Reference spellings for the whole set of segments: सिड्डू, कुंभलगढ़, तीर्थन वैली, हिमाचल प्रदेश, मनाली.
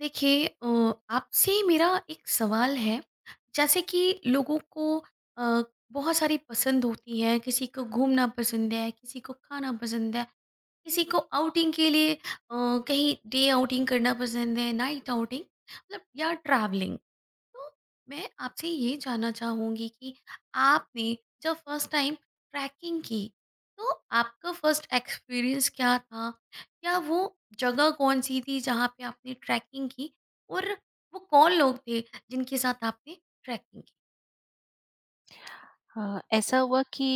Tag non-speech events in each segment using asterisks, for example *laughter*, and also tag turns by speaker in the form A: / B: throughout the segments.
A: देखिए, आपसे मेरा एक सवाल है। जैसे कि लोगों को अ, बहुत सारी पसंद होती है, किसी को घूमना पसंद है, किसी को खाना पसंद है, किसी को आउटिंग के लिए कहीं डे आउटिंग करना पसंद है, नाइट आउटिंग मतलब या ट्रैवलिंग। तो मैं आपसे ये जानना चाहूँगी कि आपने जब फर्स्ट टाइम ट्रैकिंग की, तो आपका फर्स्ट एक्सपीरियंस क्या था? क्या वो जगह कौन-सी थी जहाँ पे आपने ट्रैकिंग की, और वो कौन लोग थे जिनके साथ आपने ट्रैकिंग की?
B: ऐसा हुआ कि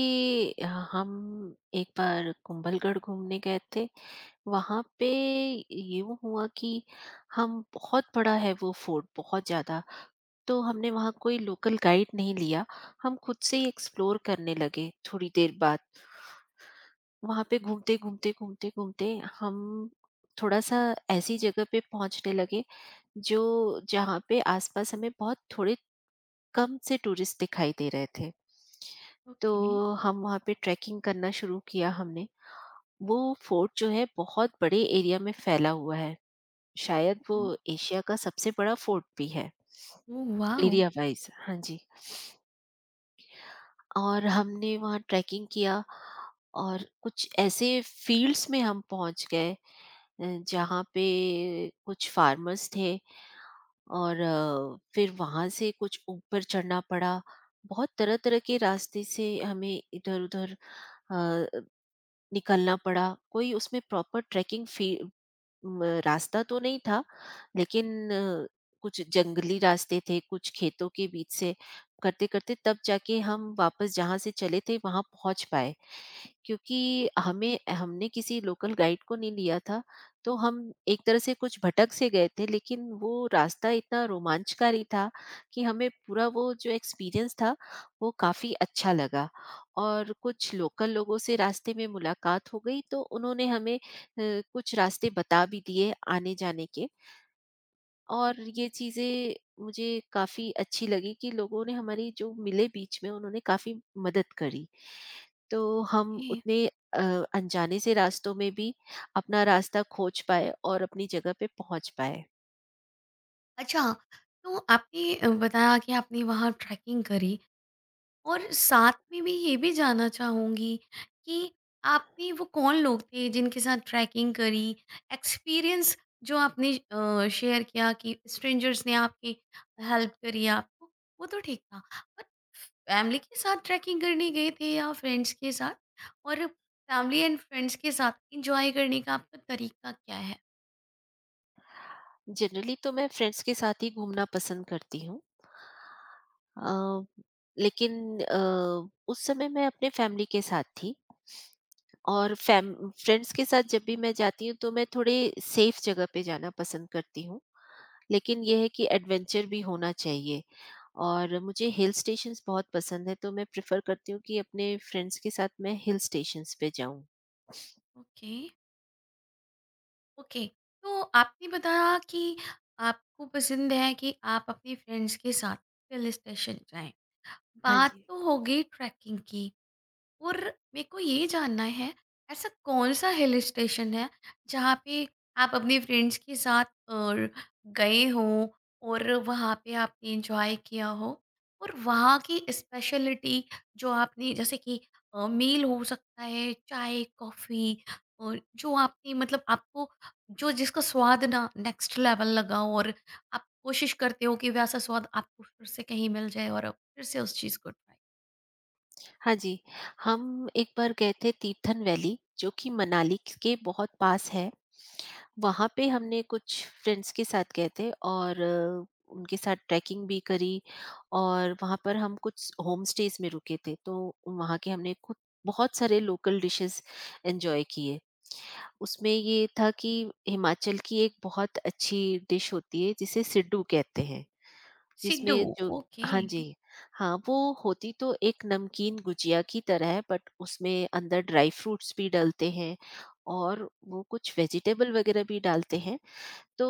B: अ, हम एक बार कुंभलगढ़ घूमने गए थे। वहाँ पे यूँ हुआ कि हम, बहुत बड़ा है वो फोर्ट, बहुत ज़्यादा। तो हमने वहाँ कोई लोकल गाइड नहीं लिया, हम खुद से ही एक्सप्लोर करने लगे थोड़ी देर बाद। वहाँ पे घूमते, घूमते, घूमते, घूमते हम थोड़ा-सा ऐसी जगह पे पहुँचने लगे जो जहाँ पे आस-पास हमें बहुत थोड़े कम से टूरिस्ट दिखाई दे रहे थे। तो
A: ओके।
B: हम वहाँ पे ट्रैकिंग करना शुरू किया हमने। वो फोर्ट जो है बहुत बड़े एरिया में फैला हुआ है। शायद वो
A: हुँ।
B: एशिया का सबसे बड़ा फोर्ट भी है,
A: ओह वाओ!
B: Area wise. हाँ जी। और हमने वहाँ ट्रैकिंग किया और कुछ ऐसे फील्ड्स में हम पहुँच गए, जहाँ पे कुछ फार्मर्स थे और फिर वहाँ से कुछ ऊपर चढ़ना पड़ा। बहुत तरह-तरह के रास्ते से हमें इधर-उधर अ, निकलना पड़ा। कोई उसमें प्रॉपर ट्रैकिंग फी म रास्ता तो नहीं था, लेकिन कुछ जंगली रास्ते थे, कुछ खेतों के बीच से करते-करते तब जाके हम वापस जहाँ से चले थे वहाँ पहुँच पाए। क्योंकि हमें हमने किसी लोकल गाइड को नहीं लिया था, तो हम एक तरह से कुछ भटक से गए थे, लेकिन वो रास्ता इतना रोमांचकारी था कि हमें पूरा वो जो एक्सपीरियंस था, वो काफ़ी अच्छा लगा। और कुछ लोकल लोगों से रास्ते में मुलाकात हो गई तो उन्होंने हमें कुछ रास्ते बता भी दिए आने-जाने के। और ये चीज़ें मुझे काफ़ी अच्छी लगी कि लोगों ने हमारी, जो मिले बीच में, उन्होंने काफ़ी मदद करी। तो हम
A: ओके।
B: उतने अ, अनजाने से रास्तों में भी अपना रास्ता खोज पाए और अपनी जगह पे पहुँच पाए।
A: अच्छा, तो आपने बताया कि आपने वहाँ ट्रैकिंग करी, और साथ में मैं ये भी जानना चाहूँगी कि आपने, वो कौन लोग थे जिनके साथ ट्रैकिंग करी? एक्सपीरियंस जो आपने शेयर किया कि स्ट्रेंजर्स ने आपकी हेल्प करी आपको, वो तो ठीक था। पर फैमिली के साथ ट्रैकिंग करने गए थे या फ्रेंड्स के साथ? और फैमिली एंड फ्रेंड्स के साथ एन्जॉय करने का आपका तरीका क्या है?
B: जनरली तो मैं फ्रेंड्स के साथ ही घूमना पसंद करती हूँ। अ, लेकिन उस समय मैं अपने फैमिली के साथ थी। और फैम फ्रेंड्स के साथ जब भी मैं जाती हूँ तो मैं थोड़े सेफ जगह पे जाना पसंद करती हूँ। लेकिन ये है कि एडवेंचर भी होना चाहिए, और मुझे हिल स्टेशंस बहुत पसंद है, तो मैं प्रेफर करती हूँ कि अपने फ्रेंड्स के साथ मैं हिल स्टेशंस पे जाऊँ।
A: Okay, okay. तो आपने बताया कि आपको पसंद है कि आप अपने फ्रेंड्स के साथ हिल स्टेशन जाएँ।
B: हाँ
A: बात
B: जी।
A: तो हो गई ट्रैकिंग की। और मेरे को ये जानना है, ऐसा कौन सा हिल स्टेशन है जहाँ पे आप अपने फ्रेंड्स के साथ गए हों, और वहाँ पे आपने एंजॉय किया हो, और वहाँ की स्पेशलिटी जो आपने, जैसे कि मील हो सकता है, चाय कॉफ़ी, और जो आपने मतलब आपको, जो जिसका स्वाद ना नेक्स्ट लेवल लगा हो, और आप कोशिश करते हो कि वैसा स्वाद आपको फिर से कहीं मिल जाए, और आप फिर से उस चीज़ को ट्राई।
B: हाँ जी, हम एक बार गए थे तीर्थन वैली, जो कि मनाली के बहुत पास है। वहाँ पे हमने, कुछ फ्रेंड्स के साथ गए थे और उनके साथ ट्रैकिंग भी करी और वहाँ पर हम कुछ होम स्टेज़ में रुके थे। तो वहाँ के हमने खुद बहुत सारे लोकल डिशेज़ एन्जॉय किए। उसमें ये था कि हिमाचल की एक बहुत अच्छी डिश होती है जिसे सिड्डू कहते हैं,
A: सिड्डू।
B: जिसमें जो,
A: ओके।
B: हाँ जी, हाँ वो होती तो एक नमकीन गुजिया की तरह है, बट उसमें अंदर ड्राई फ्रूट्स भी डालते हैं और वो कुछ वेजिटेबल वगैरह भी डालते हैं। तो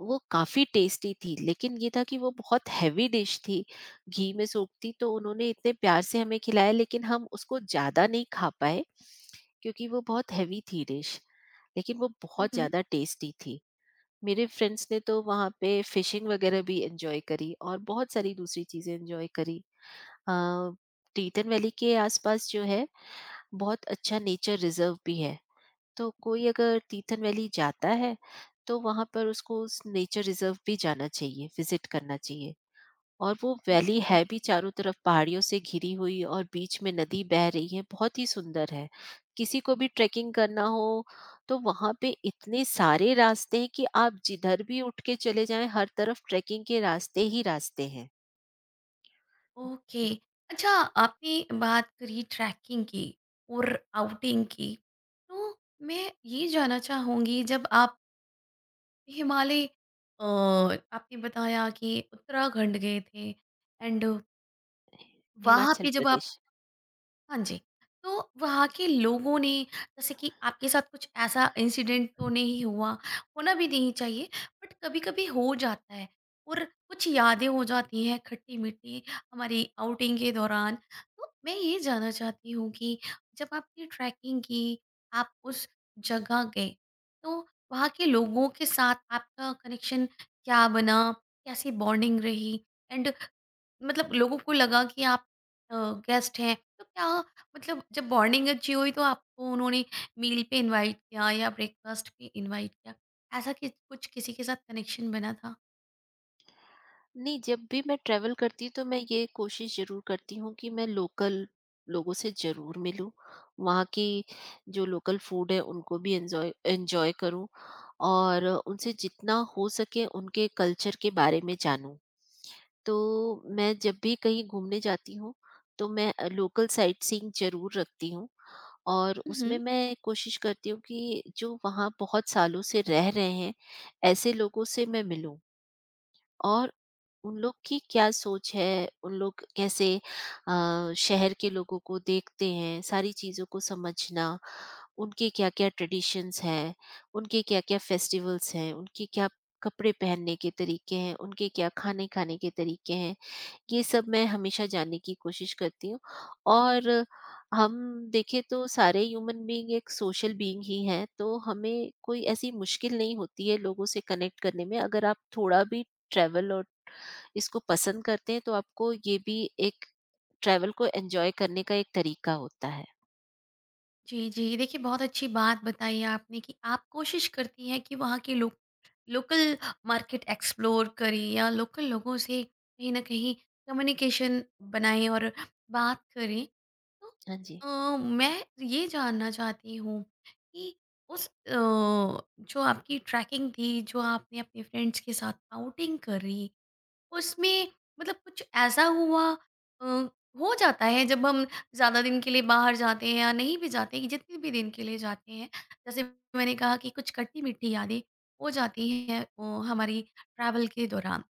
B: वो काफ़ी टेस्टी थी, लेकिन ये था कि वो बहुत हैवी डिश थी, घी में सोखती, तो उन्होंने इतने प्यार से हमें खिलाया, लेकिन हम उसको ज़्यादा नहीं खा पाए क्योंकि वो बहुत हैवी थी डिश, लेकिन वो बहुत
A: मम्म।
B: ज़्यादा टेस्टी थी। मेरे फ्रेंड्स ने तो वहाँ पे फिशिंग वगैरह भी एन्जॉय करी और बहुत सारी दूसरी चीज़ें एन्जॉय करी। अ, टीटन वैली के आस-पास जो है बहुत अच्छा नेचर रिज़र्व भी है। तो कोई अगर टीटन वैली जाता है, तो वहाँ पर उसको उस नेचर रिज़र्व भी जाना चाहिए, विज़िट करना चाहिए। और वो वैली है
A: ओके,
B: भी चारों तरफ पहाड़ियों से घिरी हुई और बीच में नदी बह रही है, बहुत ही सुंदर है। किसी को भी ट्रैकिंग करना हो तो वहाँ पे इतने सारे रास्ते हैं कि आप जिधर भी उठ के चले जाएं, हर तरफ ट्रैकिंग के रास्ते ही रास्ते हैं।
A: ओके।
B: ब-
A: अच्छा, आपने बात करी ट्रैकिंग की और आउटिंग की। तो मैं ये जानना चाहूंगी, जब आप हिमालय, आपने बताया कि उत्तराखंड गए थे, एंड, वहाँ
B: हिमाचल
A: पे जब आप,
B: प्रदेश।
A: हाँ जी। तो वहाँ के लोगों ने, जैसे कि आपके साथ कुछ ऐसा इंसिडेंट तो नहीं हुआ, होना भी नहीं चाहिए, बट कभी-कभी हो जाता है, और कुछ यादें हो जाती हैं खट्टी-मीठी, हमारी आउटिंग के दौरान। तो मैं ये जानना चाहती हूँ कि जब आपने ट्रैकिंग की, आप उस जगह गए, तो वहाँ के लोगों के साथ आपका कनेक्शन क्या बना? कैसी बॉन्डिंग रही? एंड, मतलब लोगों को लगा कि आप गेस्ट हैं, तो क्या, मतलब जब बॉन्डिंग अच्छी हुई तो आपको उन्होंने मील पे इनवाइट किया या ब्रेकफास्ट पे इनवाइट किया? ऐसा कि कुछ किसी के साथ कनेक्शन बना था?
B: नहीं, जब भी मैं ट्रैवल करती हूँ तो मैं ये कोशिश ज़रूर करती हूँ कि मैं लोकल लोगों से ज़रूर मिलूँ, वहाँ की जो लोकल फूड है उनको भी एन्जॉय एन्जॉय करूँ, और उनसे जितना हो सके उनके कल्चर के बारे में जानूँ। तो मैं जब भी कहीं घूमने जाती हूँ, तो मैं लोकल साइट सीइंग ज़रूर रखती हूँ और उसमें
A: हम्म।
B: मैं कोशिश करती हूँ कि जो वहाँ बहुत सालों से रह रहे हैं, ऐसे लोगों से मैं मिलूँ और उन लोग की क्या सोच है, उन लोग कैसे शहर के लोगों को देखते हैं, सारी चीज़ों को समझना, उनके क्या-क्या ट्रेडिशंस हैं, उनके क्या-क्या फेस्टिवल्स हैं, उनके क्या कपड़े पहनने के तरीके हैं, उनके क्या खाने खाने के तरीके हैं, ये सब मैं हमेशा जानने की कोशिश करती हूँ। और हम देखें तो सारे ह्यूमन बीइंग एक सोशल बीइंग ही हैं, तो हमें कोई ऐसी मुश्किल नहीं होती है लोगों से कनेक्ट करने में। अगर आप थोड़ा भी ट्रैवल और इसको पसंद करते हैं, तो आपको ये भी एक, ट्रैवल को एंजॉय करने का एक तरीका होता है।
A: जी, जी, देखिए बहुत अच्छी बात बताई है आपने कि आप कोशिश करती हैं कि वहाँ के लोग, लोकल मार्केट एक्सप्लोर करें, या लोकल लोगों से कहीं ना कहीं कम्युनिकेशन बनाएं और बात करें। तो
B: हाँ जी।
A: मैं ये जानना चाहती हूँ कि उस जो आपकी ट्रैकिंग थी, जो आपने अपने फ्रेंड्स के साथ आउटिंग करी, उसमें मतलब कुछ ऐसा हुआ? अ, हो जाता है जब हम ज़्यादा दिन के लिए बाहर जाते हैं, या नहीं भी जाते हैं, जितने भी दिन के लिए जाते हैं। जैसे मैंने कहा कि कुछ खट्टी-मीठी यादें हो जाती हैं हमारी ट्रैवल के दौरान।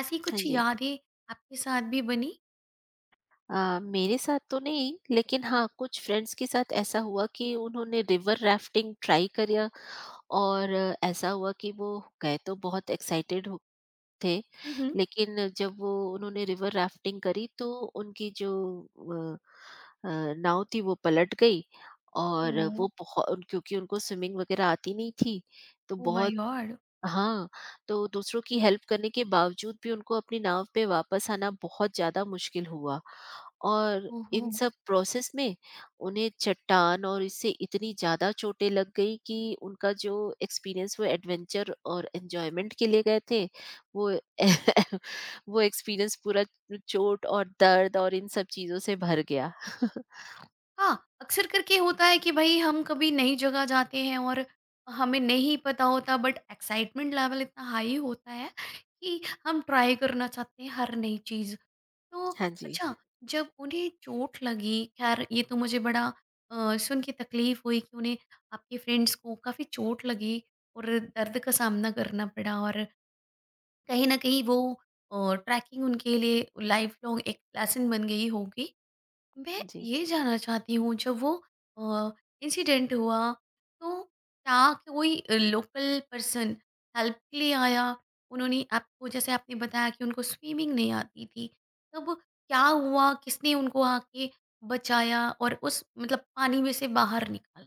A: ऐसी
B: हाँ
A: कुछ
B: जी।
A: यादें आपके साथ भी बनी?
B: मेरे साथ तो नहीं, लेकिन हाँ, कुछ फ्रेंड्स के साथ ऐसा हुआ कि उन्होंने रिवर राफ्टिंग ट्राई करा और ऐसा हुआ कि वो गए तो बहुत एक्साइटेड हो थे,
A: हुँ, हुँ।
B: लेकिन जब वो उन्होंने रिवर राफ्टिंग करी तो उनकी जो अ अ, नाव थी वो पलट गई, और
A: ओह!
B: वो बहु क्योंकि उनको स्विमिंग वगैरह आती नहीं थी, तो
A: ओह माय
B: बहुत,
A: गॉड!
B: हाँ, तो दूसरों की हेल्प करने के बावजूद भी उनको अपनी नाव पे वापस आना बहुत ज़्यादा मुश्किल हुआ, और
A: ओहो!
B: इन सब प्रोसेस में उन्हें चट्टान और इससे इतनी ज़्यादा चोटें लग गई कि उनका जो एक्सपीरियंस, वो एडवेंचर और एन्जॉयमेंट के लिए गए थे, वो *laughs* वो एक्सपीरियंस पूरा चोट और दर्द और इन सब चीज़ों से भर गया। *laughs*
A: हाँ, अक्सर करके होता है कि भई हम कभी नई जगह जाते हैं, और हमें नहीं पता होता, बट एक्साइटमेंट लेवल इतना हाई होता है कि हम ट्राई करना चाहते हैं हर नई चीज़। तो
B: हाँ जी,
A: अच्छा, जब उन्हें चोट लगी, ख़ैर ये तो मुझे बड़ा सुन के तकलीफ़ हुई कि उन्हें, आपके फ्रेंड्स को काफ़ी चोट लगी और दर्द का सामना करना पड़ा, और कहीं न कहीं वो ट्रैकिंग उनके लिए लाइफ़ लॉन्ग एक लेसन बन गई होगी। मैं
B: जी।
A: ये जानना चाहती हूँ, जब वो इंसिडेंट हुआ, तो क्या कोई लोकल पर्सन हेल्प के लिए आया? उन्होंने आपको, जैसे आपने बताया कि उनको स्विमिंग नहीं आती थी, तब क्या हुआ? किसने उनको आके बचाया, और उस मतलब पानी में से बाहर निकाला?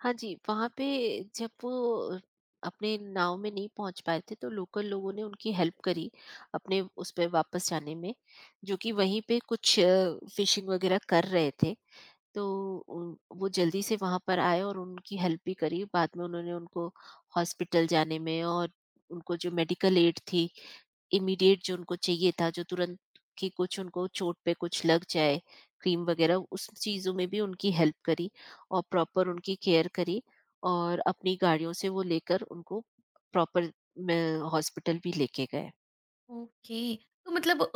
B: हाँ जी, वहाँ पे जब वो अपने नाव में नहीं पहुँच पाए थे, तो लोकल लोगों ने उनकी हेल्प करी, अपने उस पे वापस जाने में, जो कि वहीं पे कुछ फ़िशिंग वगैरह कर रहे थे। तो वो जल्दी से वहाँ पर आए और उनकी हेल्प भी करी। बाद में उन्होंने उनको हॉस्पिटल जाने में, और उनको जो मेडिकल एड थी इमीडिएट जो उनको चाहिए था, जो तुरंत कि कुछ उनको चोट पे कुछ लग जाए क्रीम वगैरह, उस चीज़ों में भी उनकी हेल्प करी और प्रॉपर उनकी केयर करी, और अपनी गाड़ियों से वो लेकर उनको प्रॉपर हॉस्पिटल भी लेके गए।
A: ओके। तो मतलब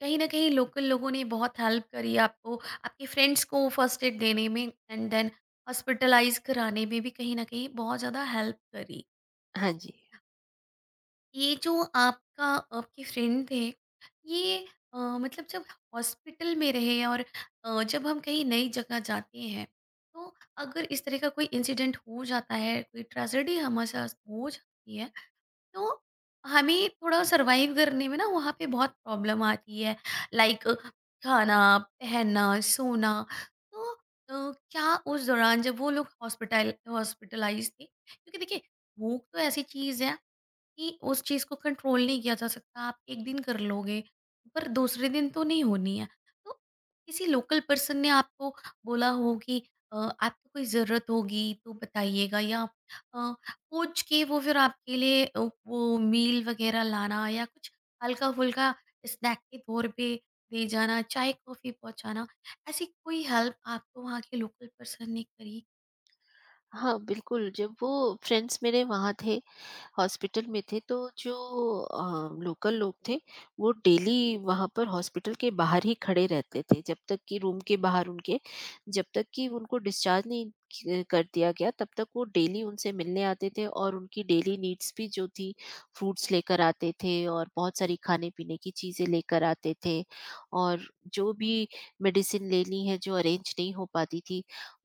A: कहीं ना कहीं लोकल लोगों ने बहुत हेल्प करी आपको, आपके फ्रेंड्स को फर्स्ट एड देने में, एंड देन हॉस्पिटलाइज कराने में भी कहीं ना कहीं बहुत ज़्यादा हेल्प करी।
B: हाँ
A: तो
B: जी।
A: ये जो आपका, आपके फ्रेंड थे, ये मतलब जब हॉस्पिटल में रहे, और जब हम कहीं नई जगह जाते हैं, तो अगर इस तरह का कोई इंसिडेंट हो जाता है, कोई ट्रेजेडी हमारे साथ हो जाती है, तो हमें थोड़ा सरवाइव करने में ना वहाँ पे बहुत प्रॉब्लम आती है, लाइक खाना, पहनना, सोना। तो क्या उस दौरान जब वो लोग हॉस्पिटलाइज थे, क्योंकि देखिए, भूख तो ऐसी चीज़ है कि उस चीज़ को कंट्रोल नहीं किया जा सकता। आप एक दिन कर लोगे, पर दूसरे दिन तो नहीं होनी है। तो किसी लोकल पर्सन ने आपको बोला हो कि अ, आपको कोई ज़रूरत होगी तो बताइएगा, या पूछ के वो फिर आपके लिए वो मील वग़ैरह लाना, या कुछ हल्का-फुल्का स्नैक के तौर पे दे जाना, चाय-कॉफ़ी पहुँचाना। ऐसी कोई हेल्प आपको वहाँ के लोकल पर्सन ने करी?
B: हाँ बिल्कुल, जब वो फ्रेंड्स मेरे वहाँ थे हॉस्पिटल में थे, तो जो लोकल लोग थे वो डेली वहाँ पर हॉस्पिटल के बाहर ही खड़े रहते थे, जब तक कि रूम के बाहर उनके, जब तक कि उनको डिस्चार्ज नहीं कर दिया गया तब तक वो डेली उनसे मिलने आते थे, और उनकी डेली नीड्स भी जो थी फ्रूट्स लेकर आते थे और बहुत सारी खाने पीने की चीज़ें लेकर आते थे। और जो भी मेडिसिन लेनी है जो अरेंज नहीं हो पाती थी,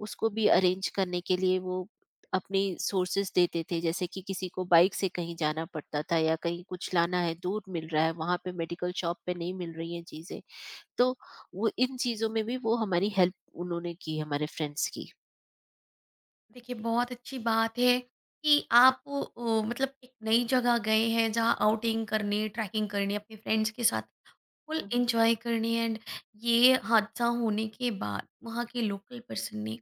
B: उसको भी अरेंज करने के लिए वो अपने सोर्सेस देते थे, जैसे कि किसी को बाइक से कहीं जाना पड़ता था, या कहीं कुछ लाना है दूर मिल रहा है, वहाँ पे मेडिकल शॉप पे नहीं मिल रही हैं चीज़ें, तो वो इन चीज़ों में भी वो हमारी हेल्प उन्होंने की, हमारे फ्रेंड्स की।
A: देखिए, बहुत अच्छी बात है कि आप मतलब एक नई जगह गए हैं, जहाँ आउटिंग करने, ट्रैकिंग करने अपने फ्रेंड्स के साथ, फुल
B: हम्म।
A: एंजॉय करने, एंड ये हादसा होने के बाद वहाँ के लोकल पर्सन ने,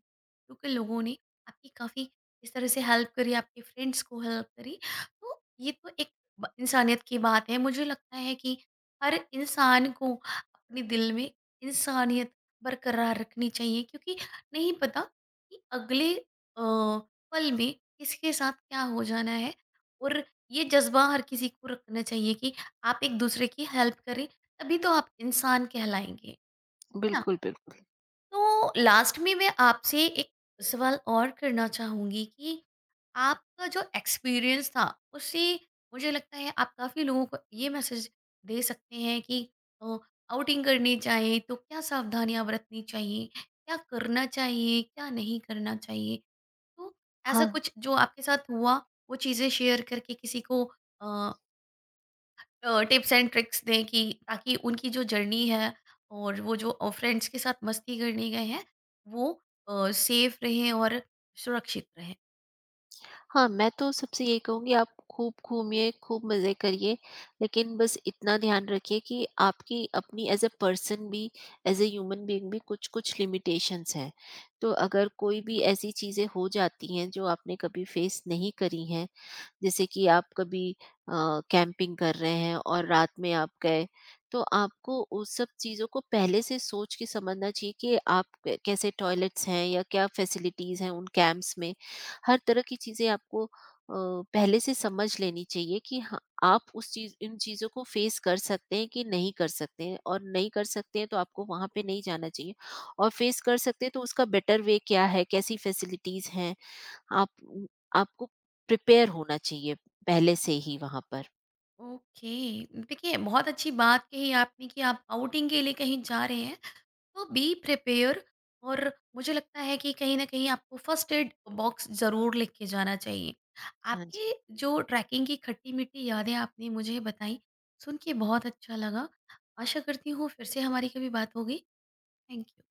A: लोकल लोगों ने आपकी काफ़ी इस तरह से हेल्प करी, आपके फ्रेंड्स को हेल्प करी। तो ये तो एक इंसानियत की बात है, मुझे लगता है कि हर इंसान को अपने दिल में इंसानियत बरकरार रखनी चाहिए, क्योंकि नहीं पता कि अगले पल में किसके साथ क्या हो जाना है, और ये जज्बा हर किसी को रखना चाहिए कि आप एक दूसरे की हेल्प करें, तभी तो आप इंसान कहलाएँगे, है ना?
B: बिल्कुल बिल्कुल।
A: तो लास्ट में मैं आपसे एक सवाल और करना चाहूँगी कि आपका जो एक्सपीरियंस था, उससे मुझे लगता है आप काफ़ी लोगों को ये मैसेज दे सकते हैं कि अ, आउटिंग करनी चाहिए, तो क्या सावधानियाँ बरतनी चाहिए? क्या करना चाहिए, क्या नहीं करना चाहिए? तो ऐसा
B: हाँ,
A: कुछ जो आपके साथ हुआ, वो चीज़ें शेयर करके किसी को अ टिप्स एंड ट्रिक्स दें, कि ताकि उनकी जो जर्नी है, और वो जो फ्रेंड्स के साथ मस्ती करने गए हैं, वो सेफ रहें और सुरक्षित रहें।
B: हाँ, मैं तो सबसे यही कहूँगी, आप खूब घूमिए, खूब मज़े करिए, लेकिन बस इतना ध्यान रखिए कि आपकी अपनी एज़ अ पर्सन भी, एज़ अ ह्यूमन बीइंग भी कुछ-कुछ लिमिटेशंस हैं। तो अगर कोई भी ऐसी चीज़ें हो जाती हैं जो आपने कभी फेस नहीं करी हैं, जैसे कि आप कभी अ, कैंपिंग कर रहे हैं और रात में आप गए, तो आपको उस सब चीज़ों को पहले से सोच के समझना चाहिए कि आप कैसे टॉयलेट्स हैं या क्या फैसिलिटीज़ हैं उन कैंप्स में। हर तरह की चीज़ें आपको अ, पहले से समझ लेनी चाहिए कि हाँ, आप उस चीज इन चीज़ों को फेस कर सकते हैं कि नहीं कर सकते हैं, और नहीं कर सकते हैं तो आपको वहाँ पे नहीं जाना चाहिए, और फेस कर सकते हैं तो उसका बेटर वे क्या है, कैसी फैसिलिटीज़ हैं, आप, आपको प्रिपेयर होना चाहिए पहले से ही वहाँ पर।
A: ओके, देखिए, बहुत अच्छी बात कही आपने कि आप आउटिंग के लिए कहीं जा रहे हैं, तो बी प्रिपेयर। और मुझे लगता है कि कहीं ना कहीं आपको फर्स्ट एड बॉक्स ज़रूर लेके जाना चाहिए।
B: हाँ
A: आपकी
B: जी।
A: जो ट्रैकिंग की खट्टी मीठी यादें आपने मुझे बताई, सुन के बहुत अच्छा लगा। आशा करती हूँ फिर से हमारी कभी बात होगी। Thank you.